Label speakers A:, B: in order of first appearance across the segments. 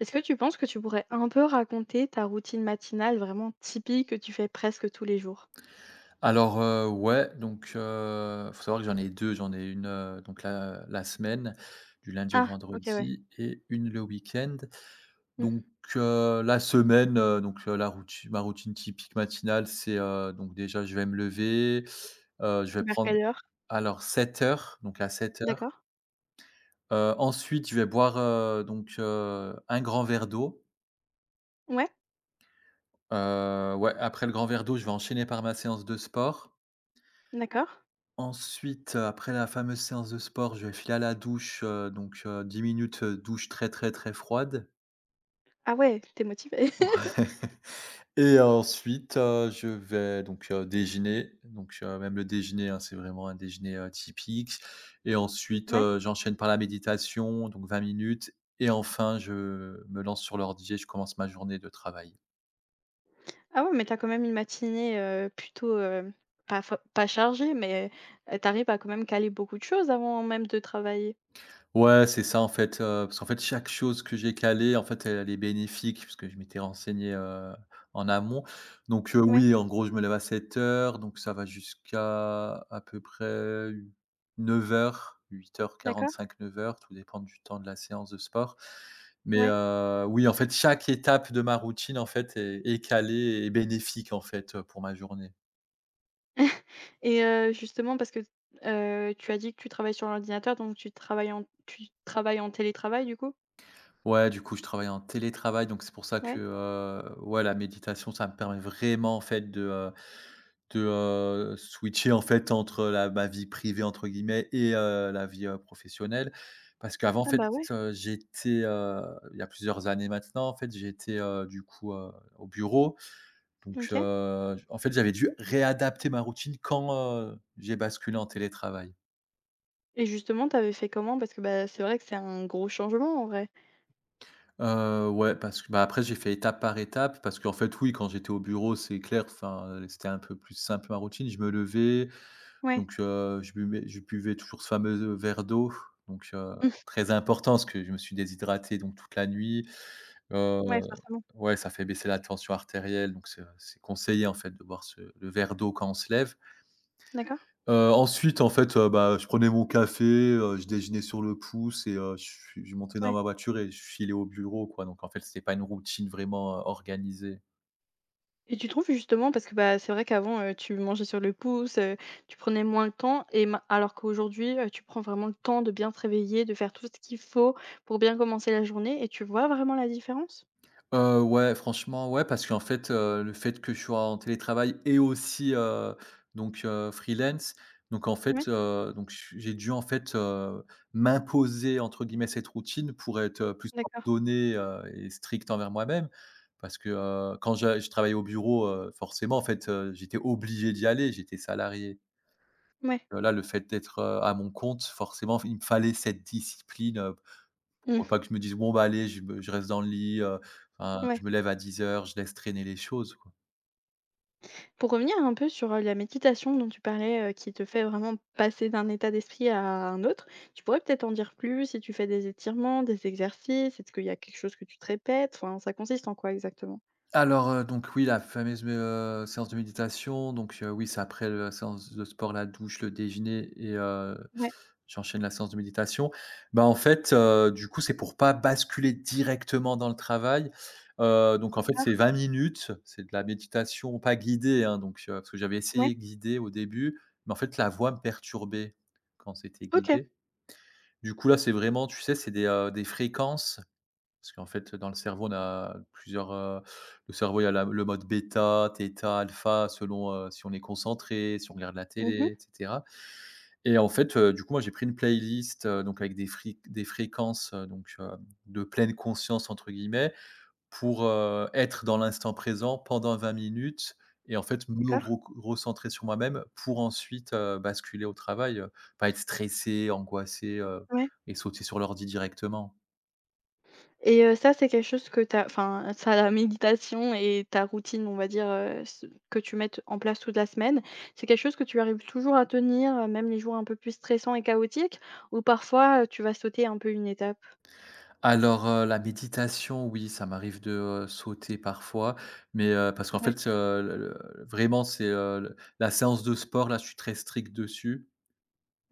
A: Est-ce que tu penses que tu pourrais un peu raconter ta routine matinale vraiment typique que tu fais presque tous les jours?
B: Alors, ouais, donc faut savoir que j'en ai deux, j'en ai une, donc la semaine, du lundi au
A: Ah, OK, ouais.
B: vendredi et une le week-end.
A: Mmh.
B: Donc la semaine, donc la routine ma routine typique matinale, c'est déjà je vais me lever, je vais
A: Vers
B: prendre
A: quelle heure?
B: alors 7 heures, donc à 7:00.
A: D'accord.
B: Ensuite je vais boire, donc un grand verre d'eau.
A: Ouais,
B: Ouais, après le grand verre d'eau, je vais enchaîner par ma séance de sport.
A: d'accord.
B: Ensuite, après la fameuse séance de sport, je vais filer à la douche, 10 minutes, douche très, très, très froide.
A: Ah ouais, t'es motivée.
B: Ouais. Et ensuite, je vais donc déjeuner, donc même le déjeuner, hein, c'est vraiment un déjeuner, typique, et ensuite,
A: Ouais.
B: j'enchaîne par la méditation, donc 20 minutes, et enfin je me lance sur l'ordi et je commence ma journée de travail.
A: Ah ouais, mais t'as quand même une matinée, plutôt, pas chargée, mais, tu à quand même caler beaucoup de choses avant même de travailler?
B: Ouais, c'est ça en fait, parce qu'en fait chaque chose que j'ai calée en fait, elle est bénéfique puisque je m'étais renseigné, en amont. Donc,
A: Ouais,
B: oui, en gros je me lève à 7 heures, donc ça va jusqu'à à peu près 9 heures, heures huit heures
A: d'accord,
B: quarante-cinq, 9 heures. Tout dépend du temps de la séance de sport. Mais,
A: ouais.
B: oui, en fait chaque étape de ma routine en fait est calée et bénéfique en fait, pour ma journée.
A: Et justement parce que, tu as dit que tu travailles sur l'ordinateur, donc tu travailles en télétravail, du coup?
B: Ouais, du coup, je travaille en télétravail, donc c'est pour ça que,
A: Ouais.
B: ouais, la méditation, ça me permet vraiment, en fait, de switcher, en fait, entre la ma vie «privée» entre guillemets et la vie, professionnelle. Parce qu'avant, en
A: Ah
B: fait,
A: bah, ouais,
B: j'étais, il y a plusieurs années maintenant, en fait, j'étais, du coup, au bureau. Donc,
A: OK.
B: en fait, j'avais dû réadapter ma routine quand j'ai basculé en télétravail.
A: Et justement, tu avais fait comment? Parce que, bah, c'est vrai que c'est un gros changement en vrai.
B: Ouais, parce que, bah, après j'ai fait étape par étape parce qu'en fait, oui, quand j'étais au bureau, c'est clair, enfin, c'était un peu plus simple ma routine. Je me levais,
A: Ouais.
B: donc je buvais toujours ce fameux, verre d'eau, donc heu,
A: Mmh,
B: très important parce que je me suis déshydraté donc toute la nuit. Heu,
A: ouais, forcément.
B: ouais, ça fait baisser la tension artérielle, donc c'est conseillé en fait de boire ce le verre d'eau quand on se lève.
A: D'accord,
B: Ensuite, en fait, bah, je prenais mon café, je déjeunais sur le pouce, et je montais dans
A: ouais.
B: ma voiture et je filais au bureau, quoi. Donc en fait, c'était pas une routine vraiment, organisée.
A: Et tu trouves justement parce que, bah, c'est vrai qu'avant, tu mangeais sur le pouce, tu prenais moins le temps et ma alors qu'aujourd'hui, tu prends vraiment le temps de bien te réveiller, de faire tout ce qu'il faut pour bien commencer la journée et tu vois vraiment la différence?
B: Ouais, franchement, ouais, parce qu'en fait, le fait que je sois en télétravail et aussi, donc freelance, donc en
A: Ouais.
B: fait, donc j'ai dû en fait, «m'imposer» entre guillemets cette routine pour être, plus
A: D'accord,
B: ordonné, et strict envers moi-même. Parce que, quand j'a je travaillais au bureau, forcément en fait, j'étais obligé d'y aller, j'étais salarié.
A: ouais.
B: Là, le fait d'être, à mon compte, forcément, il me fallait cette discipline.
A: Mmh,
B: Faut pas que je me dise: «Bon, bah, allez, je reste dans le lit, enfin, je
A: ouais.
B: me lève à 10 heures, je laisse traîner les choses», quoi.
A: Pour revenir un peu sur, la méditation dont tu parlais, qui te fait vraiment passer d'un état d'esprit à un autre, tu pourrais peut-être en dire plus? Si tu fais des étirements, des exercices? Est-ce qu'il y a quelque chose que tu te répètes? Enfin, ça consiste en quoi exactement?
B: Alors, donc oui, la fameuse mé séance de méditation, donc, oui, c'est après la séance de sport, la douche, le déjeuner, et
A: Ouais,
B: j'enchaîne la séance de méditation. Bah, en fait, du coup, c'est pour pas basculer directement dans le travail. Donc en fait, c'est
A: d'accord.
B: 20 minutes, c'est de la méditation pas guidée, hein, donc, parce que j'avais
A: Ouais.
B: essayé guidée au début, mais en fait, la voix me perturbait quand c'était
A: OK.
B: guidé. Du coup, là, c'est vraiment, tu sais, c'est des fréquences, parce qu'en fait, dans le cerveau, on a plusieurs, le cerveau, il y a la le mode bêta, thêta, alpha selon, si on est concentré, si on regarde la
A: Mmh.
B: télé et cetera, et en fait, du coup, moi, j'ai pris une playlist, donc avec des fric des fréquences, de «pleine conscience» entre guillemets pour, être dans l'instant présent pendant 20 minutes, et en fait me
A: D'accord.
B: recentrer sur moi-même pour ensuite, basculer au travail, pas être stressé, angoissé,
A: Ouais.
B: et sauter sur l'ordi directement.
A: Et ça, c'est quelque chose que tu as enfin, ça, la méditation et ta routine, on va dire, ce que tu mettes en place toute la semaine, c'est quelque chose que tu arrives toujours à tenir, même les jours un peu plus stressants et chaotiques? Ou parfois, tu vas sauter un peu une étape?
B: Alors, la méditation, oui, ça m'arrive de, sauter parfois, mais, parce qu'en fait, le vraiment c'est, le la séance de sport là, je suis très strict dessus.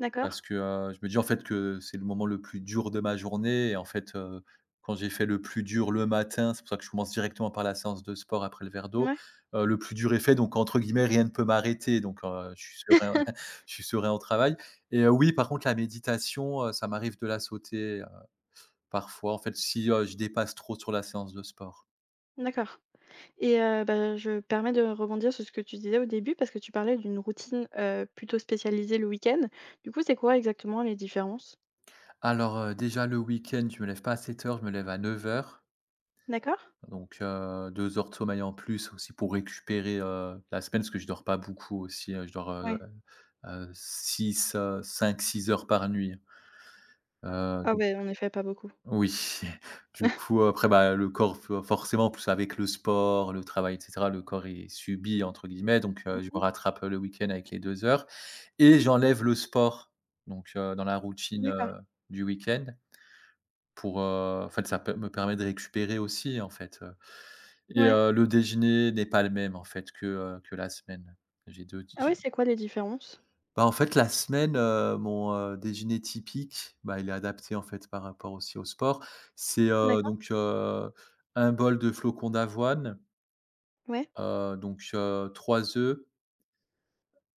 A: D'accord,
B: Parce que, je me dis, en fait, que c'est le moment le plus dur de ma journée, et en fait, quand j'ai fait le plus dur le matin, c'est pour ça que je commence directement par la séance de sport après le verre d'eau,
A: ouais.
B: le plus dur est fait, donc entre guillemets «rien ne peut m'arrêter», donc je suis serein. Je suis serein au travail. Et oui, par contre, la méditation, ça m'arrive de la sauter, parfois, en fait, si, je dépasse trop sur la séance de sport.
A: D'accord, et bah, je me permets de rebondir sur ce que tu disais au début parce que tu parlais d'une routine, plutôt spécialisée le week-end. Du coup, c'est quoi exactement les différences?
B: Alors, déjà le week-end, je me lève pas à 7 heures, je me lève à 9 heures.
A: D'accord?
B: Donc, 2 heures de sommeil en plus aussi pour récupérer, la semaine parce que je dors pas beaucoup aussi, je dors,
A: Ouais.
B: 6 5-6 heures par nuit, hein. Heu,
A: Ah
B: donc
A: ouais, en effet, pas beaucoup.
B: oui, du coup, après, bah, le corps f forcément, plus avec le sport, le travail et cetera, le corps est subi entre guillemets, donc, je me rattrape le week-end avec les 2 heures, et j'enlève le sport donc, dans la routine,
A: D'accord,
B: du week-end, pour, en fait, ça peut me permet de récupérer aussi, en fait. Et
A: ouais.
B: le déjeuner n'est pas le même en fait que la semaine. J'ai 2
A: Ah ouais,
B: j'ai
A: c'est quoi les différences?
B: Bah, en fait la semaine, mon, déjeuner typique, bah, il est adapté en fait par rapport aussi au sport. C'est,
A: D'accord,
B: donc, 1 bol de flocons d'avoine,
A: ouais.
B: donc, 3 œufs,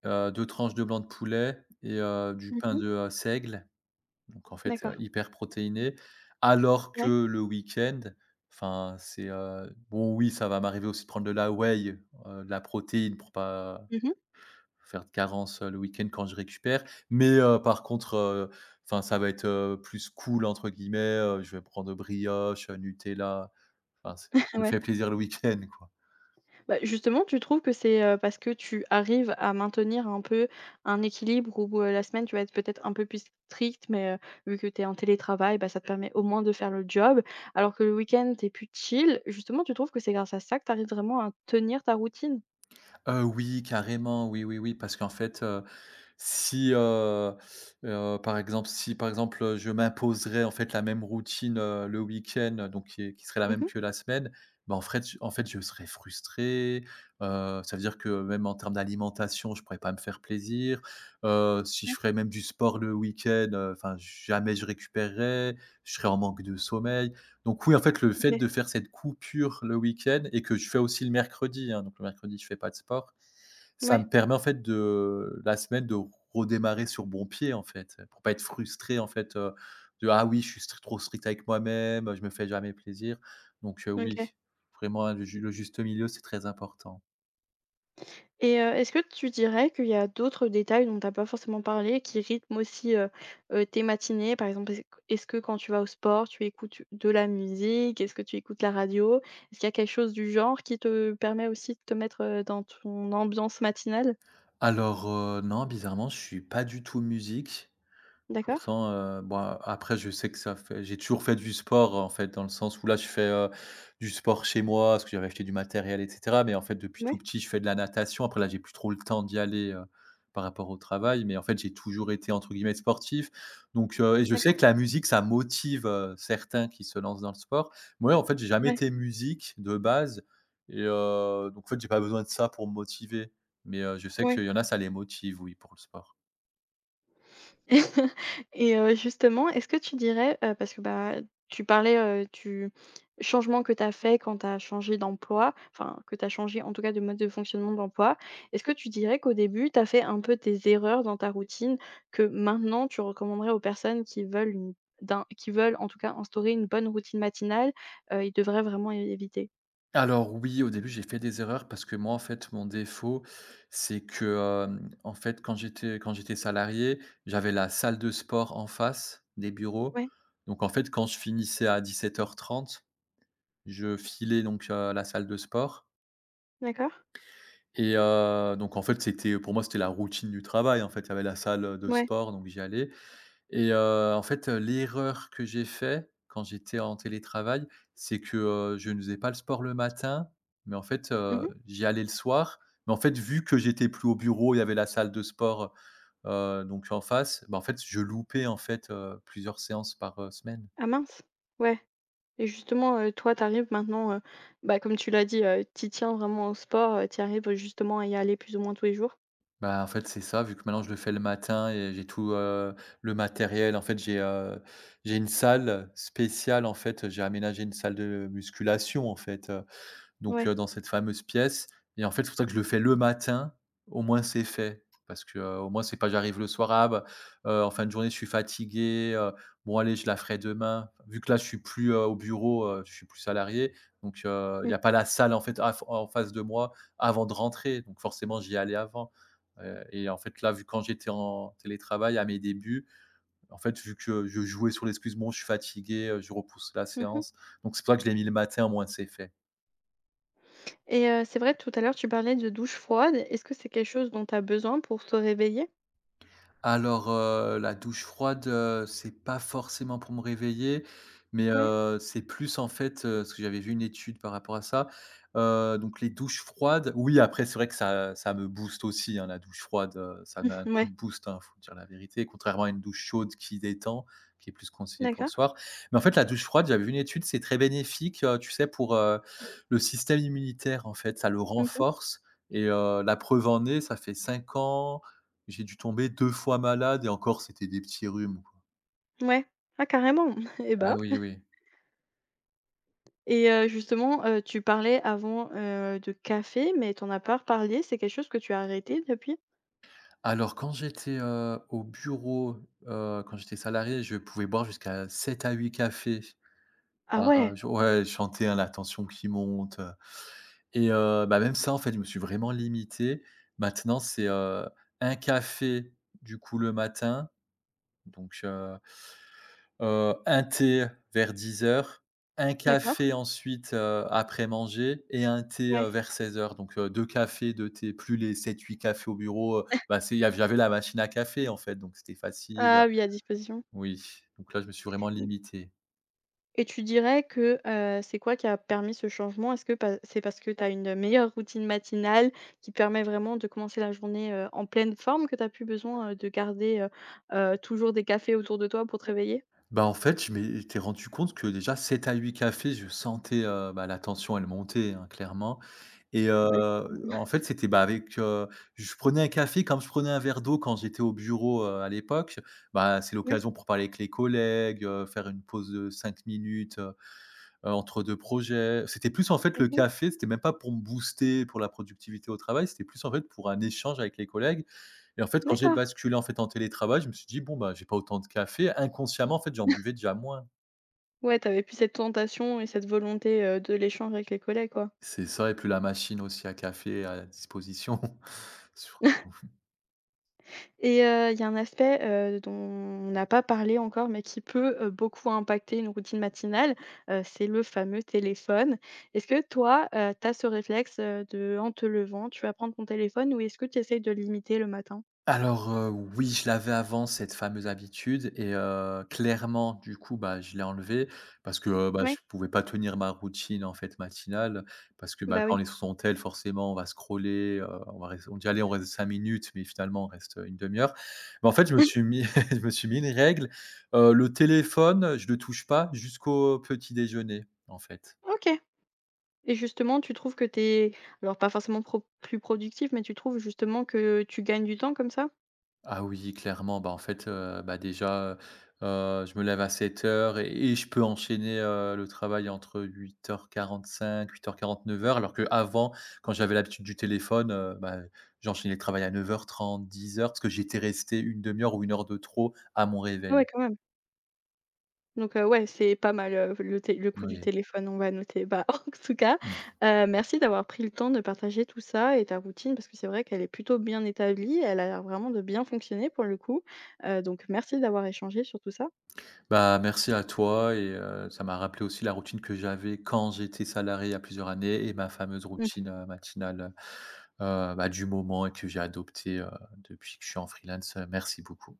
B: 2 tranches de blanc de poulet, et du pain
A: Mmh.
B: de, seigle. Donc en fait,
A: D'accord,
B: hyper protéiné. Alors
A: ouais.
B: que le week-end, enfin, c'est, bon, oui, ça va m'arriver aussi de prendre de la whey, de la protéine pour pas
A: Mmh.
B: faire de carence, le week-end quand je récupère. Mais, par contre, enfin, ça va être, plus «cool» entre guillemets, je vais prendre brioche, Nutella, enfin c'est, je me
A: Ouais.
B: fais plaisir le week-end, quoi.
A: Bah, justement, tu trouves que c'est, parce que tu arrives à maintenir un peu un équilibre où, la semaine tu vas être peut-être un peu plus stricte, mais, vu que tu es en télétravail, bah, ça te permet au moins de faire le job, alors que le week-end, tu es plus chill. Justement, tu trouves que c'est grâce à ça que tu arrives vraiment à tenir ta routine?
B: Oui, carrément, oui, oui, oui, parce qu'en fait, Si, par exemple si par exemple, je m'imposerais en fait la même routine, le week-end, donc qui serait la même
A: Mhm.
B: que la semaine, ben en fait je serais frustré, ça veut dire que même en termes d'alimentation, je pourrais pas me faire plaisir, si je
A: Ouais,
B: ferais même du sport le week-end, enfin jamais je récupérerais, je serais en manque de sommeil. Donc oui, en fait, le fait
A: OK.
B: de faire cette coupure le week-end, et que je fais aussi le mercredi, hein, donc le mercredi je fais pas de sport, ça me
A: Ouais,
B: permet en fait de la semaine de redémarrer sur bon pied en fait, pour pas être frustré en fait, de: «Ah oui, je suis stri trop strict avec moi-même, je me fais jamais plaisir», donc
A: OK.
B: oui, vraiment hein, le juste milieu, c'est très important.
A: Et est-ce que tu dirais qu'il y a d'autres détails dont tu as pas forcément parlé qui rythment aussi, tes matinées? Par exemple, est-ce que quand tu vas au sport, tu écoutes de la musique? Est-ce que tu écoutes la radio? Est-ce qu'il y a quelque chose du genre qui te permet aussi de te mettre, dans ton ambiance matinale?
B: Alors, non, bizarrement, je suis pas du tout musique.
A: D'accord?
B: Pourtant, bon, après je sais que ça fait j'ai toujours fait du sport, en fait, dans le sens où là je fais, du sport chez moi parce que j'avais acheté du matériel et cetera. Mais en fait depuis tout
A: Ouais.
B: petit je fais de la natation. Après là j'ai plus trop le temps d'y aller, par rapport au travail. Mais en fait j'ai toujours été entre guillemets «sportif». Donc, et je sais
A: D'accord,
B: que la musique ça motive, certains qui se lancent dans le sport. Moi en fait j'ai jamais
A: ouais.
B: été musique de base, et donc en fait j'ai pas besoin de ça pour me motiver. Mais, je sais
A: Ouais.
B: qu'il y en a ça les motive, oui, pour le sport.
A: Et justement, est-ce que tu dirais, parce que, bah, tu parlais, du changement que tu as fait quand tu as changé d'emploi, enfin, que tu as changé en tout cas de mode de fonctionnement d'emploi. Est-ce que tu dirais qu'au début, tu as fait un peu tes erreurs dans ta routine que maintenant tu recommanderais aux personnes qui veulent une d'un qui veulent en tout cas instaurer une bonne routine matinale, ils devraient vraiment é éviter?
B: Alors oui, au début, j'ai fait des erreurs parce que moi, en fait, mon défaut, c'est que, en fait, quand j'étais salarié, j'avais la salle de sport en face des bureaux.
A: Ouais,
B: Donc en fait, quand je finissais à 17:30, je filais donc, à la salle de sport,
A: d'accord.
B: et donc en fait, c'était, pour moi, c'était la routine du travail, en fait. Il y avait la salle de
A: Ouais.
B: sport, donc j'y allais en fait, l'erreur que j'ai fait quand j'étais en télétravail, c'est que, je ne faisais pas le sport le matin, mais en fait,
A: Mmh.
B: j'y allais le soir. Mais en fait, vu que j'étais plus au bureau, il y avait la salle de sport, donc en face, bah, en fait, je loupais, en fait, plusieurs séances par, semaine.
A: Ah mince. Ouais. Et justement, toi, tu arrives maintenant, bah, comme tu l'as dit, tu tiens vraiment au sport, tu arrives justement à y aller plus ou moins tous les jours?
B: Bah, en fait, c'est ça, vu que maintenant je le fais le matin et j'ai tout, le matériel. En fait, j'ai une salle spéciale, en fait, j'ai aménagé une salle de musculation, en fait, donc,
A: Ouais.
B: dans cette fameuse pièce et en fait, c'est pour ça que je le fais le matin, au moins c'est fait. Parce que, au moins c'est pas j'arrive le soir: «Ah bah, en fin de journée, je suis fatigué, bon allez, je la ferai demain». Vu que là, je suis plus, au bureau, je suis plus salarié, donc, il y
A: Mmh.
B: a pas la salle en fait à en face de moi avant de rentrer, donc forcément j'y allais avant, et en fait là, vu quand j'étais en télétravail à mes débuts, en fait, vu que je jouais sur l'excuse: «Bon, je suis fatigué», je repousse la
A: Mmh.
B: séance, donc c'est pour ça que je l'ai mis le matin, au moins c'est fait.
A: Et c'est vrai tout à l'heure tu parlais de douche froide. Est-ce que c'est quelque chose dont tu as besoin pour te réveiller?
B: Alors, la douche froide, c'est pas forcément pour me réveiller, mais,
A: Ouais.
B: c'est plus en fait, parce que j'avais vu une étude par rapport à ça. Donc les douches froides oui, après c'est vrai que ça me booste aussi, hein, la douche froide, ça met un coup
A: Ouais,
B: de boost, hein, faut dire la vérité, contrairement à une douche chaude qui détend, qui est plus conseillée pour le
A: d'accord.
B: soir. Mais en fait, la douche froide, j'avais vu une étude, c'est très bénéfique, tu sais pour, le système immunitaire en fait, ça le
A: Mmh.
B: renforce la preuve en est, ça fait 5 ans j'ai dû tomber 2 fois malade et encore c'était des petits rhumes, quoi.
A: Ouais. Ah carrément! Et
B: Ah
A: bah
B: oui, oui.
A: et justement, tu parlais avant, de café, mais t'en as pas reparlé. C'est quelque chose que tu as arrêté depuis?
B: Alors quand j'étais, au bureau, quand j'étais salarié, je pouvais boire jusqu'à 7 à 8 cafés
A: Ah
B: par,
A: ouais,
B: jour. Ouais, je hein, la tension qui monte, et bah, même ça, en fait, je me suis vraiment limité. Maintenant, c'est, 1 café, du coup, le matin, donc heu un thé vers 10 heures, un
A: d'accord.
B: café ensuite, après manger et un thé,
A: Ouais.
B: vers 16 heures. Donc 2 cafés, 2 thés, plus les sept-huit cafés au bureau, bah, c'est il y av j'avais la machine à café en fait, donc c'était facile,
A: Ah oui, à disposition.
B: oui, donc là, je me suis vraiment limité.
A: Et tu dirais que, c'est quoi qui a permis ce changement? Est-ce que pa c'est parce que tu as une meilleure routine matinale qui permet vraiment de commencer la journée, en pleine forme que tu as plus besoin, de garder, toujours des cafés autour de toi pour te réveiller?
B: Bah, en fait, je m'étais rendu compte que déjà 7 à 8 cafés, je sentais, bah, la tension elle montait, hein, clairement
A: Ouais, forcément.
B: en fait, c'était, bah, avec, je prenais un café comme je prenais un verre d'eau quand j'étais au bureau, à l'époque. Bah, c'est
A: Ouais,
B: l'occasion pour parler avec les collègues, faire une pause de 5 minutes, entre 2 projets. C'était plus en fait le
A: mmh.
B: café, c'était même pas pour me booster pour la productivité au travail, c'était plus en fait pour un échange avec les collègues et en fait quand j'ai
A: D'accord.
B: basculé en fait en télétravail, je me suis dit: «Bon bah, j'ai pas autant de café». Inconsciemment en fait, j'en buvais déjà moins.
A: Ouais, t'avais plus cette tentation et cette volonté, de l'échange avec les collègues, quoi.
B: C'est ça et plus la machine aussi à café à disposition.
A: Et il y a un aspect, dont on n'a pas parlé encore, mais qui peut, beaucoup impacter une routine matinale, c'est le fameux téléphone. Est-ce que toi, tu as ce réflexe, de en te levant, tu vas prendre ton téléphone ou est-ce que tu essayes de le limiter le matin?
B: Alors, oui, je l'avais avant cette fameuse habitude clairement du coup, bah, je l'ai enlevée parce que, bah, je
A: Oui.
B: pouvais pas tenir ma routine en fait matinale parce que, bah,
A: Bah,
B: quand on
A: oui.
B: est sur son tel forcément on va scroller, on va rester. On dit: «Allez on reste 5 minutes» mais finalement on reste une demi heure. Mais en fait je me suis mis je me suis mis une règle, le téléphone je le touche pas jusqu'au petit déjeuner en fait.
A: OK. Et justement, tu trouves que tu es alors pas forcément pro plus productif, mais tu trouves justement que tu gagnes du temps comme ça?
B: Ah oui, clairement. Bah, en fait, bah, déjà, je me lève à 7:00 et je peux enchaîner, le travail entre huit heures 45, huit heures 49 heures. Alors qu'avant, quand j'avais l'habitude du téléphone, bah, j'enchaînais le travail à neuf heures, trente-dix heures parce que j'étais resté une demi heure ou une heure de trop à mon
A: Ah ouais,
B: réveil.
A: quand même. Donc ouais, c'est pas mal, le coup du
B: Oui.
A: téléphone, on va noter. Bah, en tout cas, merci d'avoir pris le temps de partager tout ça et ta routine parce que c'est vrai qu'elle est plutôt bien établie, elle a l'air vraiment de bien fonctionner pour le coup, donc merci d'avoir échangé sur tout ça.
B: Bah, merci à toi ça m'a rappelé aussi la routine que j'avais quand j'étais salarié il y a plusieurs années et ma fameuse routine, matinale, heu bah, du moment que j'ai adoptée, depuis que je suis en freelance. Merci beaucoup.